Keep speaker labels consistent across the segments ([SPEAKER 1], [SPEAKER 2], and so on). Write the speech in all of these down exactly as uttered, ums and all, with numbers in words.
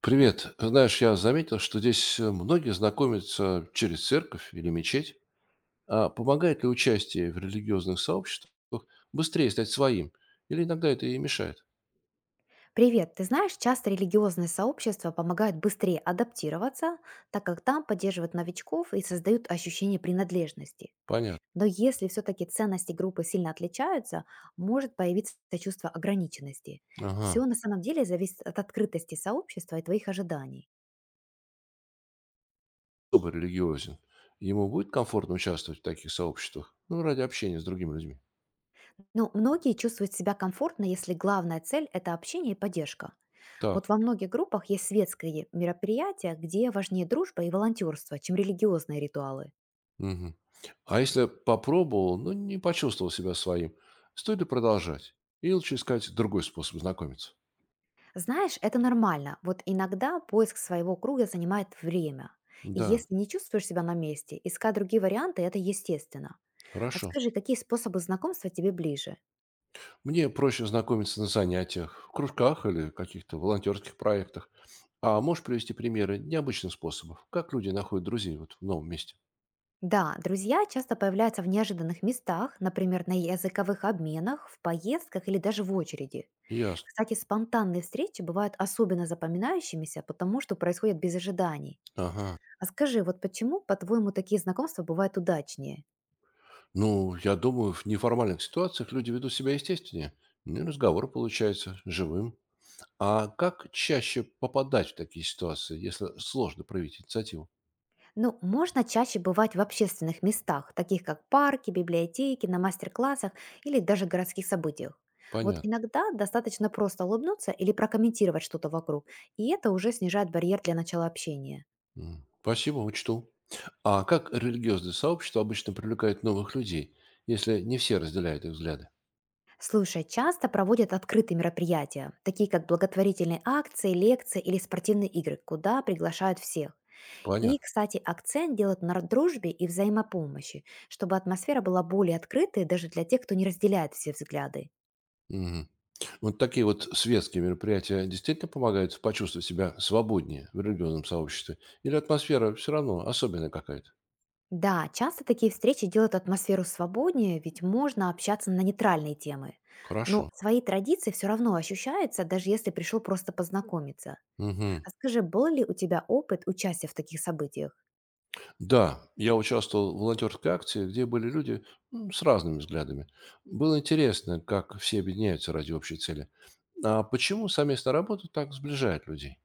[SPEAKER 1] Привет. Знаешь, я заметил, что здесь э, многие знакомятся через церковь или мечеть. А помогает ли участие в религиозных сообществах быстрее стать своим? Или иногда это и мешает?
[SPEAKER 2] Привет, ты знаешь, часто религиозные сообщества помогают быстрее адаптироваться, так как там поддерживают новичков и создают ощущение принадлежности.
[SPEAKER 1] Понятно.
[SPEAKER 2] Но если все-таки ценности группы сильно отличаются, может появиться чувство ограниченности.
[SPEAKER 1] Ага.
[SPEAKER 2] Все на самом деле зависит от открытости сообщества и твоих ожиданий.
[SPEAKER 1] Кто бы религиозен? Ему будет комфортно участвовать в таких сообществах? Ну, ради общения с другими людьми.
[SPEAKER 2] Но многие чувствуют себя комфортно, если главная цель– это общение и поддержка. Вот
[SPEAKER 1] Так.
[SPEAKER 2] во многих группах есть светские мероприятия, где важнее дружба и волонтерство, чем религиозные ритуалы.
[SPEAKER 1] Мгм. А если попробовал, но не почувствовал себя своим, стоит ли продолжать? Или лучше искать другой способ знакомиться?
[SPEAKER 2] Знаешь, это нормально. Вот иногда поиск своего круга занимает время. И
[SPEAKER 1] Да,
[SPEAKER 2] если не чувствуешь себя на месте, искать другие варианты– это естественно. А
[SPEAKER 1] хорошо.
[SPEAKER 2] скажи, какие способы знакомства тебе ближе?
[SPEAKER 1] Мне проще знакомиться на занятиях, в кружках или каких-то волонтерских проектах. А можешь привести примеры необычных способов? Как люди находят друзей вот в новом месте?
[SPEAKER 2] Да, друзья часто появляются в неожиданных местах, например, на языковых обменах, в поездках или даже в очереди.
[SPEAKER 1] Ясно.
[SPEAKER 2] Кстати, спонтанные встречи бывают особенно запоминающимися, потому что происходят без ожиданий.
[SPEAKER 1] Ага.
[SPEAKER 2] А скажи, вот почему, по-твоему, такие знакомства бывают удачнее?
[SPEAKER 1] Ну, я думаю, в неформальных ситуациях люди ведут себя естественнее. Ну, и разговор получается живым. А как чаще попадать в такие ситуации, если сложно проявить инициативу?
[SPEAKER 2] Ну, можно чаще бывать в общественных местах, таких как парки, библиотеки, на мастер-классах или даже городских событиях. Вот
[SPEAKER 1] Понятно.
[SPEAKER 2] иногда достаточно просто улыбнуться или прокомментировать что-то вокруг, и это уже снижает барьер для начала общения.
[SPEAKER 1] М, спасибо, учту. А как религиозные сообщества обычно привлекают новых людей, если не все разделяют их взгляды?
[SPEAKER 2] Слушай, часто проводят открытые мероприятия, такие как благотворительные акции, лекции или спортивные игры, куда приглашают всех. И,
[SPEAKER 1] Понятно.
[SPEAKER 2] кстати, акцент делают на дружбе и взаимопомощи, чтобы атмосфера была более открытой даже для тех, кто не разделяет все взгляды.
[SPEAKER 1] Мгм. Вот такие вот светские мероприятия действительно помогают почувствовать себя свободнее в религиозном сообществе? Или атмосфера все равно особенная какая-то?
[SPEAKER 2] Да, часто такие встречи делают атмосферу свободнее, ведь можно общаться на нейтральные темы. Но
[SPEAKER 1] Хорошо.
[SPEAKER 2] свои традиции все равно ощущаются, даже если пришел просто познакомиться.
[SPEAKER 1] Мгм.
[SPEAKER 2] А скажи, был ли у тебя опыт участия в таких событиях?
[SPEAKER 1] Да, я участвовал в волонтерской акции, где были люди м, с разными взглядами. Было интересно, как все объединяются ради общей цели. А почему совместная работа так сближает людей?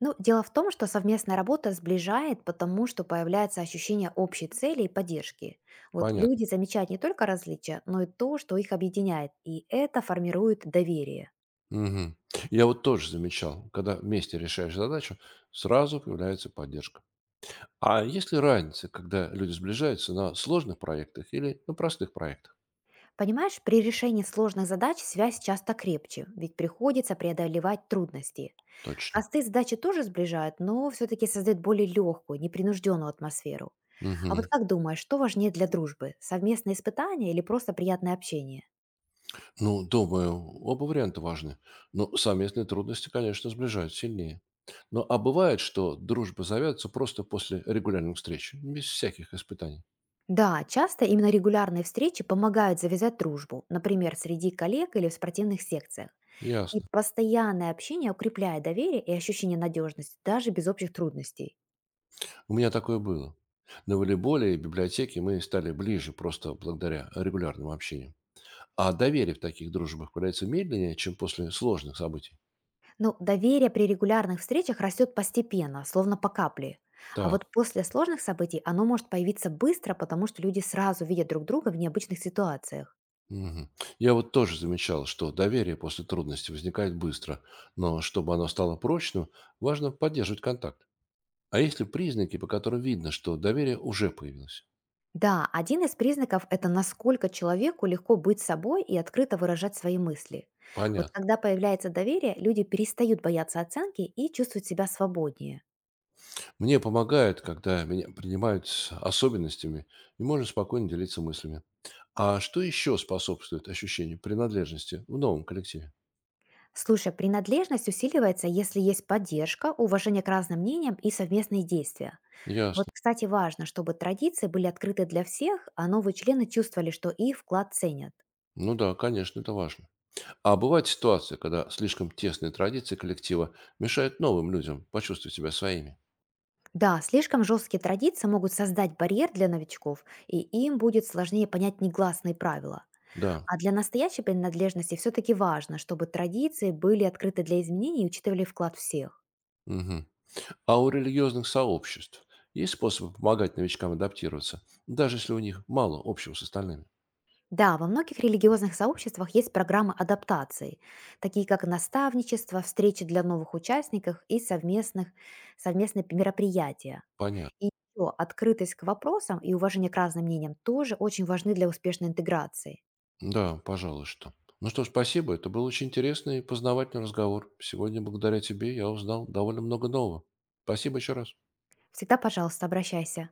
[SPEAKER 2] Ну, дело в том, что совместная работа сближает, потому что появляется ощущение общей цели и поддержки. Вот люди
[SPEAKER 1] Понятно.
[SPEAKER 2] замечают не только различия, но и то, что их объединяет, и это формирует доверие.
[SPEAKER 1] Мгм. Я вот тоже замечал, когда вместе решаешь задачу, сразу появляется поддержка. А есть ли разница, когда люди сближаются на сложных проектах или на простых проектах?
[SPEAKER 2] Понимаешь, при решении сложных задач связь часто крепче, ведь приходится преодолевать трудности.
[SPEAKER 1] Точно.
[SPEAKER 2] Простые задачи тоже сближают, но все-таки создают более легкую, непринужденную атмосферу. А вот
[SPEAKER 1] Мгм.
[SPEAKER 2] как думаешь, что важнее для дружбы? Совместные испытания или просто приятное общение?
[SPEAKER 1] Ну, думаю, оба варианта важны. Но совместные трудности, конечно, сближают сильнее. Но а бывает, что дружба завязывается просто после регулярных встреч, без всяких испытаний.
[SPEAKER 2] Да, часто именно регулярные встречи помогают завязать дружбу, например, среди коллег или в спортивных секциях. И
[SPEAKER 1] Ясно.
[SPEAKER 2] постоянное общение укрепляет доверие и ощущение надежности, даже без общих трудностей.
[SPEAKER 1] У меня такое было. На волейболе и библиотеке мы стали ближе просто благодаря регулярному общению. А доверие в таких дружбах появляется медленнее, чем после сложных событий.
[SPEAKER 2] Ну, доверие при регулярных встречах растет постепенно, словно по капле. А вот
[SPEAKER 1] Так.
[SPEAKER 2] после сложных событий оно может появиться быстро, потому что люди сразу видят друг друга в необычных ситуациях.
[SPEAKER 1] Мгм. Я вот тоже замечал, что доверие после трудностей возникает быстро, но чтобы оно стало прочным, важно поддерживать контакт. А есть ли признаки, по которым видно, что доверие уже появилось?
[SPEAKER 2] Да, один из признаков– это насколько человеку легко быть собой и открыто выражать свои мысли. Вот
[SPEAKER 1] Понятно.
[SPEAKER 2] когда появляется доверие, люди перестают бояться оценки и чувствуют себя свободнее.
[SPEAKER 1] Мне помогает, когда меня принимают с особенностями, и можно спокойно делиться мыслями. А что еще способствует ощущению принадлежности в новом коллективе?
[SPEAKER 2] Слушай, принадлежность усиливается, если есть поддержка, уважение к разным мнениям и совместные действия. Вот,
[SPEAKER 1] Ясно.
[SPEAKER 2] кстати, важно, чтобы традиции были открыты для всех, а новые члены чувствовали, что их вклад ценят.
[SPEAKER 1] Ну да, конечно, это важно. А бывает ситуация, когда слишком тесные традиции коллектива мешают новым людям почувствовать себя своими?
[SPEAKER 2] Да, слишком жесткие традиции могут создать барьер для новичков, и им будет сложнее понять негласные правила.
[SPEAKER 1] Да,
[SPEAKER 2] А для настоящей принадлежности все-таки важно, чтобы традиции были открыты для изменений и учитывали вклад всех.
[SPEAKER 1] мгм. А у религиозных сообществ есть способы помогать новичкам адаптироваться, даже если у них мало общего с остальными?
[SPEAKER 2] Да, во многих религиозных сообществах есть программы адаптации, такие как наставничество, встречи для новых участников и совместных, совместные мероприятия.
[SPEAKER 1] Понятно.
[SPEAKER 2] И ещё открытость к вопросам и уважение к разным мнениям тоже очень важны для успешной интеграции.
[SPEAKER 1] Да, пожалуй, что. Ну что ж, спасибо. Это был очень интересный и познавательный разговор. Сегодня благодаря тебе я узнал довольно много нового. Спасибо еще раз.
[SPEAKER 2] Всегда, пожалуйста, обращайся.